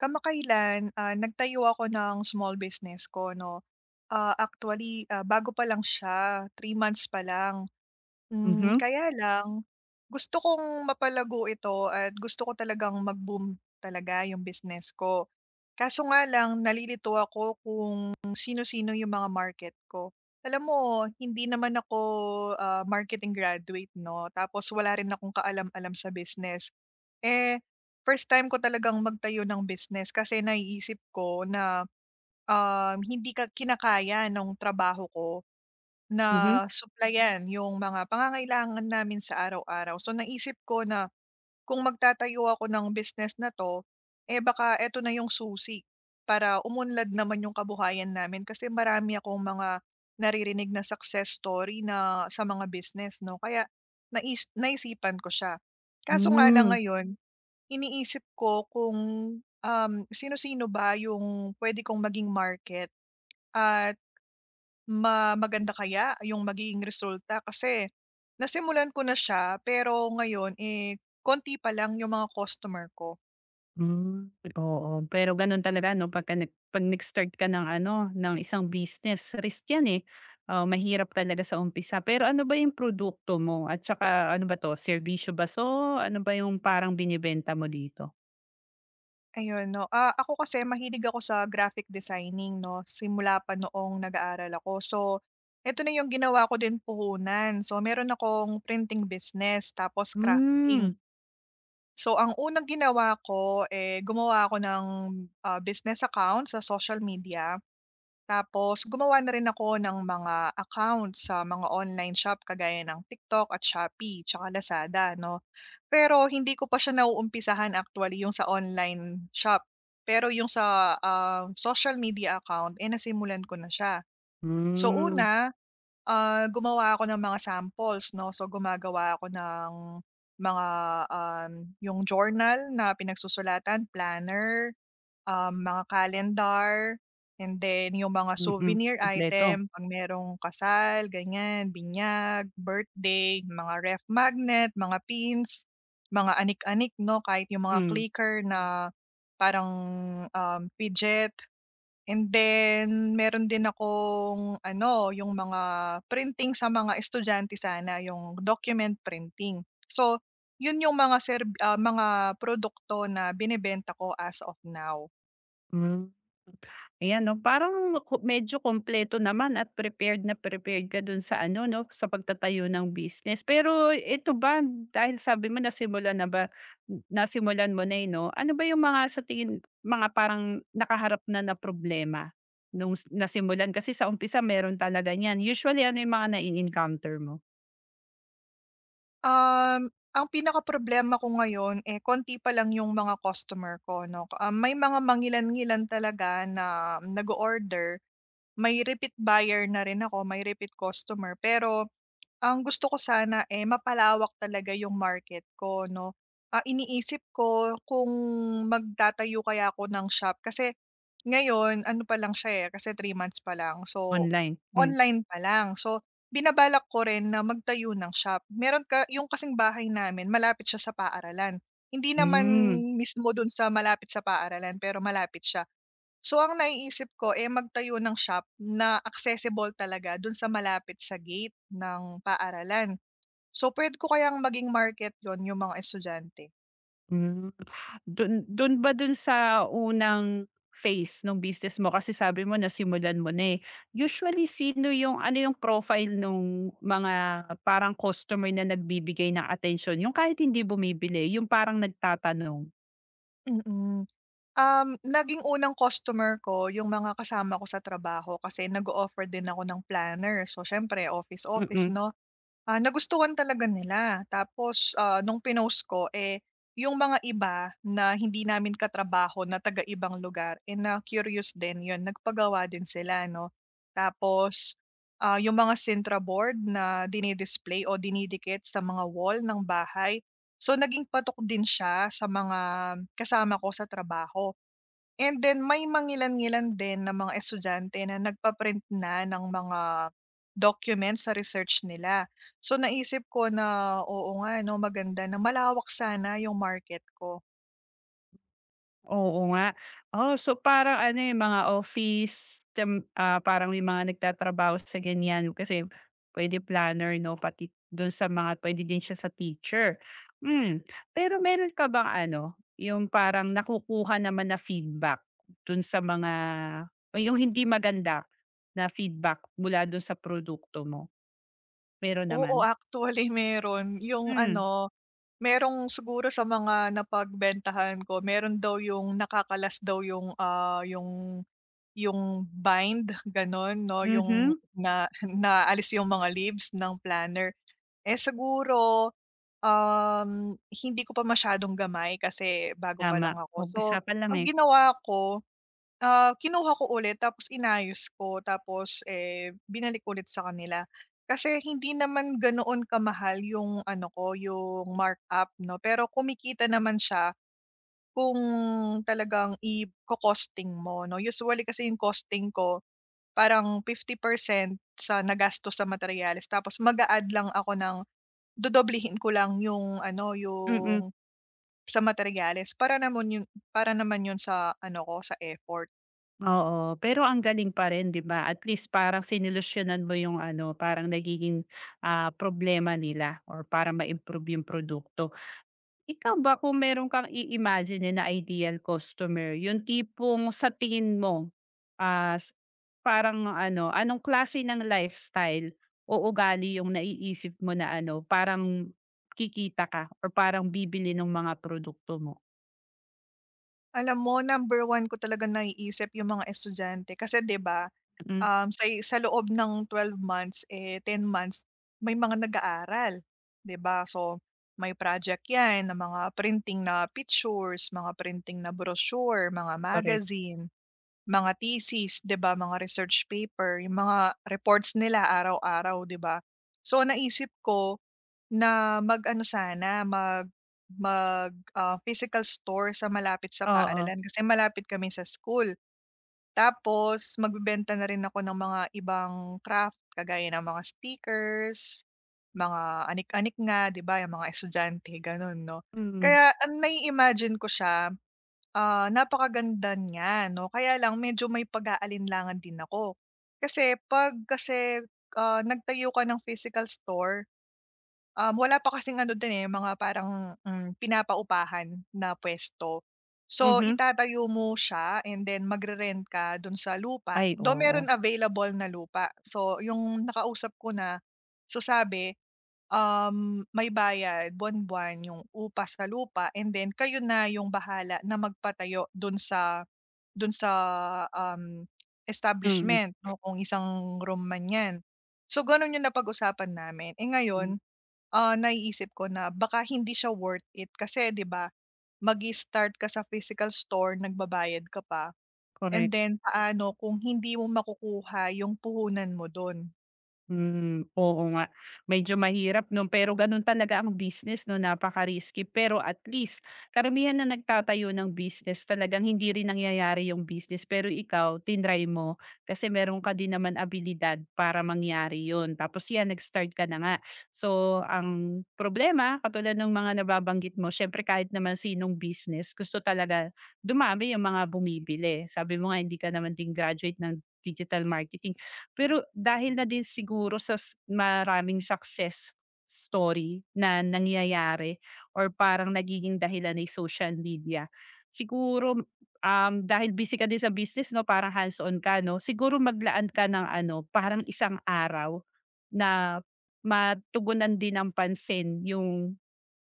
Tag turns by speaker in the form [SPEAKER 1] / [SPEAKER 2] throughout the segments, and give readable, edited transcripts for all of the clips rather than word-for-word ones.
[SPEAKER 1] Kamakailan, nagtayo ako ng small business ko 'no. Actually, bago pa lang siya, 3 months pa lang.
[SPEAKER 2] Mhm,
[SPEAKER 1] Kaya lang, gusto kong mapalago ito at gusto ko talagang mag-boom talaga yung business ko. Kaso nga lang nalilito ako kung sino-sino yung mga market ko. Alam mo hindi naman ako, marketing graduate 'no, tapos wala rin akong kaalam-alam sa business. Eh, first time ko talagang magtayo ng business kasi naiisip ko na, hindi ka kinakaya nung trabaho ko.
[SPEAKER 2] mhm.
[SPEAKER 1] Na supplyan yung mga pangangailangan namin sa araw-araw. So naisip ko na kung magtatayo ako ng business na 'to, eh, baka eto na yung susi para umunlad naman yung kabuhayan namin kasi marami akong mga naririnig na success story na sa mga business 'no, kaya naisipan ko siya. Kaso nga lang
[SPEAKER 2] Hmm,
[SPEAKER 1] ngayon, iniisip ko kung, sino-sino ba yung puwede kong maging market at maganda kaya yung magiging resulta? Kasi nasimulan ko na siya pero ngayon, eh, konti pa lang yung mga customer ko,
[SPEAKER 2] hmm, oo. Pero gano'n talaga 'no, pagka 'pag nag-start ka ng ano, ng isang business, risk 'yan, eh. Oo, mahirap talaga sa umpisa. Pero ano ba yung produkto mo at saka ano ba 'to, serbisyo ba 'to? Ano ba yung parang binebenta mo dito?
[SPEAKER 1] ayun 'no. Ako kasi mahilig ako sa graphic designing 'no, simula pa noong nag-aaral ako. So, eto na yung ginawa ko din puhunan. So, meron akong printing business tapos crafting.
[SPEAKER 2] Hmm,
[SPEAKER 1] So, ang unang ginawa ko, eh, gumawa ako ng, business account sa social media. Tapos gumawa na rin ako ng mga account sa mga online shop kagaya ng TikTok at Shopee tsaka Lazada 'no. Pero hindi ko pa siya nauumpisahan actually yung sa online shop. Pero yung sa, social media account, eh, nasimulan ko na siya. So
[SPEAKER 2] hmm,
[SPEAKER 1] una, gumawa ako ng mga samples 'no. So gumagawa ako ng mga, um, yung journal na pinagsusulatan, planner, mga calendar, and then yung mga
[SPEAKER 2] mm.
[SPEAKER 1] souvenir
[SPEAKER 2] Kumpleto.
[SPEAKER 1] item 'pag merong kasal, ganyan, binyag, birthday, mga ref magnet, mga pins, mga anik-anik 'no, kahit yung mga
[SPEAKER 2] Hmm,
[SPEAKER 1] clicker na parang, fidget, and then meron din akong ano, yung mga printing sa mga estudyante sana, yung document printing. So, yun yung mga mga produkto na binebenta ko as of now.
[SPEAKER 2] hmm. Ayan 'no, parang ko medyo kumpleto naman at prepared na prepared ka dun sa ano 'no, sa pagtatayo ng business. Pero ito ba, dahil sabi mo nasimulan mo na, eh, 'no, ano ba yung mga sa tingin mga parang nakaharap na na problema nung nasimulan? Kasi sa umpisa meron talaga niyan. Usually ano yung mga na encounter mo
[SPEAKER 1] Um, ang problema ko ngayon, eh, konti pa lang yung mga customer ko 'no. May mga mangilan-ngilan talaga na nag order, may repeat buyer na rin ako, may repeat customer, pero ang gusto ko sana, eh, mapalawak talaga yung market ko 'no. Iniisip ko kung magtatayo kaya ako ng shop, kasi ngayon ano pa lang siya, eh, kasi 3 months pa lang. So,
[SPEAKER 2] online? Hmm.
[SPEAKER 1] online pa lang. So, binabalak ko rin na magtayo ng shop. Meron ka yung kasing bahay namin, malapit siya sa paaralan. Hindi naman
[SPEAKER 2] Hmm.
[SPEAKER 1] mismo dun sa malapit sa paaralan, pero malapit siya. So, ang naiisip ko, eh, magtayo ng shop na accessible talaga dun sa malapit sa gate ng paaralan. So, pwede ko kayang maging market 'yon, yung mga estudyante?
[SPEAKER 2] Hmm. Dun dun ba dun sa unang phase ng business mo kasi sabi mo nasimulan mo na, eh. Usually sino yung ano yung profile nung mga parang customer na nagbibigay ng attention yung kahit hindi bumibili, yung parang nagtatanong?
[SPEAKER 1] Mm. Naging unang customer ko yung mga kasama ko sa trabaho kasi nag offer din ako ng planner. So, siyempre office-office
[SPEAKER 2] Mm.
[SPEAKER 1] 'no? Nagustuhan talaga nila, tapos, nung pinost ko, eh, yung mga iba na hindi namin katrabaho na taga ibang lugar, eh, na-curious din yun, nagpagawa din sila 'no. Tapos, yung mga Sintra board na dinidisplay o dinidikit sa mga wall ng bahay, so naging patok din siya sa mga kasama ko sa trabaho. And then may mangilan-ngilan din na mga estudyante na nagpa-print na ng mga documents sa research nila. So naisip ko na, oo nga 'no, maganda na malawak sana yung market ko.
[SPEAKER 2] Oo nga. Oh, so parang ano, eh, mga office parang may mga nagtatrabaho sa ganyan kasi pwede planner 'no, pati do'n sa mga pwede din siya sa teacher. Hmm, pero meron ka bang ano, yung parang nakukuha naman na feedback do'n sa mga o yung hindi maganda na feedback mula do'n sa produkto mo? Meron
[SPEAKER 1] Oo,
[SPEAKER 2] naman?
[SPEAKER 1] actually meron yung
[SPEAKER 2] Hmm,
[SPEAKER 1] ano, merong siguro sa mga napagbentahan ko, meron daw yung nakakalas daw yung, yung bind gano'n 'no, yung
[SPEAKER 2] mhm,
[SPEAKER 1] na naalis yung mga leaves ng planner. Eh, siguro, hindi ko pa masyadong gamay kasi bago pa
[SPEAKER 2] tama.
[SPEAKER 1] lang ako. So,
[SPEAKER 2] Umpisa pa lang,
[SPEAKER 1] ang
[SPEAKER 2] eh.
[SPEAKER 1] ginawa ko, kinuha ko ulit, tapos inayos ko, tapos, eh, binalik ulit sa kanila. Kasi hindi naman ganoon kamahal yung ano ko, yung markup 'no, pero kumikita naman siya kung talagang i costing mo 'no. Usually kasi yung costing ko, parang 50% sa nagastos sa materyales, tapos mag-a-add lang ako ng, dodoblehin ko lang yung ano,
[SPEAKER 2] Mm.
[SPEAKER 1] yung sa materyales para naman yun sa ano ko, sa effort.
[SPEAKER 2] Oo, pero ang galing pa rin 'di ba? At least parang sinolusyunan mo yung ano, parang nagiging, problema nila or para ma-improve yung produkto. Ikaw ba kung meron kang i-imagine na ideal customer, yung tipong sa tingin mo, as parang ano, anong klase ng lifestyle o ugali yung naiisip mo na ano, parang kikita ka or parang bibili ng mga produkto mo?
[SPEAKER 1] Alam mo, number one ko talagang naiisip yung mga estudyante kasi 'di ba,
[SPEAKER 2] Mm,
[SPEAKER 1] sa loob ng 12 months, eh, 10 months, may mga nag-aaral, 'di ba? So, may project 'yan na mga printing na pictures, mga printing na brochure, mga
[SPEAKER 2] korek.
[SPEAKER 1] magazine. Mga thesis, 'di ba, mga research paper, yung mga reports nila araw-araw, 'di ba? So, naisip ko na mag-ano sana, mag mag, ah, physical store sa malapit sa
[SPEAKER 2] Oo,
[SPEAKER 1] paaralan kasi malapit kami sa school. Tapos magbebenta na rin ako ng mga ibang craft kagaya ng mga stickers, mga anik-anik nga, 'di ba, yung mga estudyante gano'n, 'no?
[SPEAKER 2] mm.
[SPEAKER 1] Kaya ang nai-imagine ko siya, napakaganda niya 'no, kaya lang medyo may pag-aalinlangan din ako. Kasi 'pag kasi, nagtayo ka ng physical store, wala pa kasing ano dun, eh, mga parang, pinapaupahan na puwesto. So,
[SPEAKER 2] Mhm.
[SPEAKER 1] itatayo mo siya, and then magre-rent ka dun sa lupa,
[SPEAKER 2] Ay,
[SPEAKER 1] do
[SPEAKER 2] oo.
[SPEAKER 1] meron available na lupa. So, yung nakausap ko na, so sabi, may bayad buwan-buwan yung upa sa lupa, and then kayo na yung bahala na magpatayo dun sa, dun sa, um,
[SPEAKER 2] Mm,
[SPEAKER 1] establishment 'no, kung isang room man 'yan. So gano'n yung napag-usapan namin. Eh,
[SPEAKER 2] hmm,
[SPEAKER 1] ngayon, naiisip ko na baka hindi siya worth it, kasi 'di ba, mag start ka sa physical store, nagbabayad ka pa, and
[SPEAKER 2] correct.
[SPEAKER 1] then paano kung hindi mo makukuha yung puhunan mo dun?
[SPEAKER 2] Hmm, oo nga. Medyo mahirap 'no, pero ganun talaga ang business 'no, napaka-risky. Pero at least karamihan na nagtatayo ng business talagang hindi rin nangyayari yung business, pero ikaw tinry mo kasi meron ka din naman abilidad para mangyari yun. Tapos 'yan, nag-start ka na nga. So, ang problema katulad ng mga nababanggit mo siyempre kahit naman sinong business gusto talaga dumami yung mga bumibili. Sabi mo nga hindi ka naman din graduate ng digital marketing. Pero dahil na din siguro sa maraming success story na nangyayari or parang nagiging dahilan ay social media, siguro, dahil busy ka din sa business 'no, parang hands-on ka 'no, siguro maglaan ka ng ano, parang isang araw na matugunan din ng pansin yung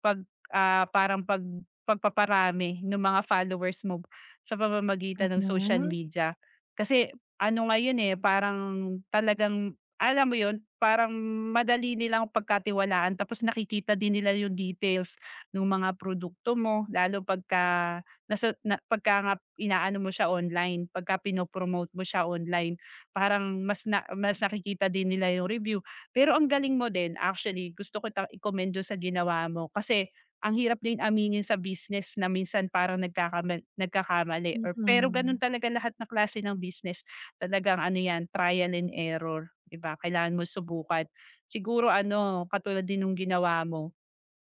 [SPEAKER 2] pag, parang pagpaparami ng mga followers mo sa pamamagitan ng social
[SPEAKER 1] Mm,
[SPEAKER 2] media. Kasi ano ngayon, eh, parang talagang alam mo yun, parang madali nilang pagkatiwalaan tapos nakikita din nila yung details ng mga produkto mo lalo pagka nasa na pagka nga inaano mo siya online, pagka pino-promote mo siya online, parang mas nakikita din nila yung review. Pero ang galing mo din actually gusto kitang i-commend dun sa ginawa mo kasi ang hirap din aminin sa business na minsan parang nagkakamali or pero ganun
[SPEAKER 1] mm.
[SPEAKER 2] talaga lahat ng klase ng business. Talagang ano yan, trial and error, 'di ba? Kailangan mo subukan. Siguro ano, katulad din ng ginawa mo,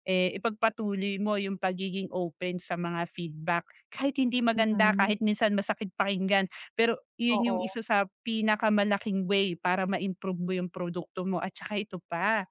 [SPEAKER 2] eh, ipagpatuloy mo yung pagiging open sa mga feedback. Kahit hindi maganda,
[SPEAKER 1] Mm,
[SPEAKER 2] kahit minsan masakit pakinggan, pero yun yung
[SPEAKER 1] oo.
[SPEAKER 2] isa sa pinakamalaking way para ma-improve mo yung produkto mo at saka ito pa,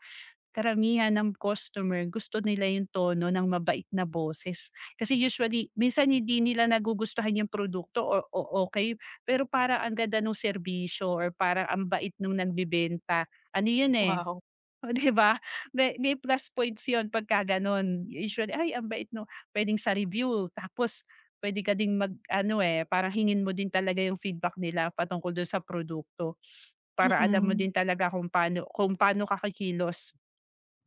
[SPEAKER 2] karamihan ng customer gusto nila yung tono ng mabait na boses. Kasi usually, minsan hindi nila nagugustuhan yung produkto o, o okay, pero para ang ganda ng serbisyo or para ang bait nung nagbebenta. Ano yun eh,
[SPEAKER 1] Wow.
[SPEAKER 2] Oh, 'di ba? May plus points 'yun pagka gano'n. Usually, "Ay, ang bait 'no." Puwedeng sa review tapos puwede ka ding mag-ano, eh, parang hingin mo din talaga yung feedback nila patungkol dun sa produkto para alam mo
[SPEAKER 1] Mm,
[SPEAKER 2] din talaga kung paano ka kikilos,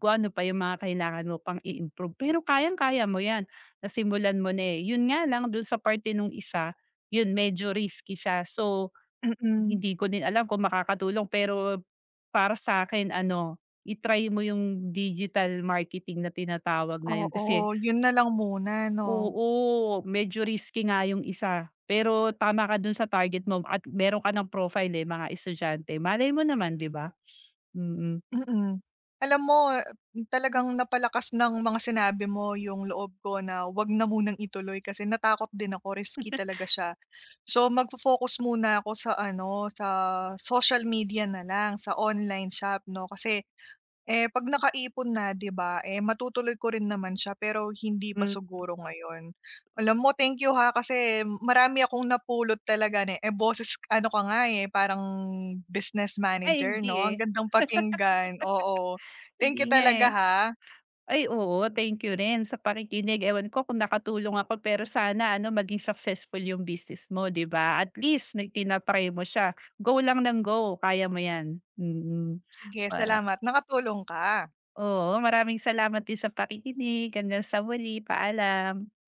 [SPEAKER 2] kung ano pa yung mga kailangan mo pang i-improve. Pero kayang-kaya mo 'yan, nasimulan mo na, eh. Yun nga lang dun sa parte nung isa, yun medyo risky siya. So
[SPEAKER 1] mm.
[SPEAKER 2] hindi ko din alam kung makakatulong pero para sa akin ano, i-try mo yung digital marketing na tinatawag ngayon
[SPEAKER 1] Oo,
[SPEAKER 2] kasi
[SPEAKER 1] yun na lang muna 'no?
[SPEAKER 2] oo, medyo risky nga yung isa. Pero tama ka dun sa target mo at meron ka ng profile, eh, mga estudyante. Malay mo naman, 'di ba? Mm.
[SPEAKER 1] Mm. Alam mo, talagang napalakas ng mga sinabi mo yung loob ko na wag na munang ituloy, kasi natakot din ako, risky talaga siya. So, magfo-focus muna ako sa ano, sa social media na lang, sa online shop 'no, kasi, eh, 'pag nakaipon na, 'di ba, eh, matutuloy ko rin naman siya pero hindi pa
[SPEAKER 2] mm
[SPEAKER 1] siguro ngayon. Alam mo, thank you, ha, kasi marami akong napulot talaga na, eh, boses ano ka nga, eh, parang business
[SPEAKER 2] Ay
[SPEAKER 1] manager,
[SPEAKER 2] hindi,
[SPEAKER 1] 'no?
[SPEAKER 2] eh,
[SPEAKER 1] Ang gandang pakinggan, oo.
[SPEAKER 2] hindi
[SPEAKER 1] Thank you
[SPEAKER 2] nga, eh.
[SPEAKER 1] talaga, ha.
[SPEAKER 2] Ay oo, thank you rin sa pakikinig. Ewan ko kung nakatulong ako pero sana ano maging successful yung business mo, 'di ba? At least na tina mo siya. Go lang ng go, kaya mo 'yan. Mm.
[SPEAKER 1] Sige,
[SPEAKER 2] Para
[SPEAKER 1] salamat. Nakatulong ka.
[SPEAKER 2] Oo, maraming salamat din sa pakikinig. Hanggang sa muli, paalam.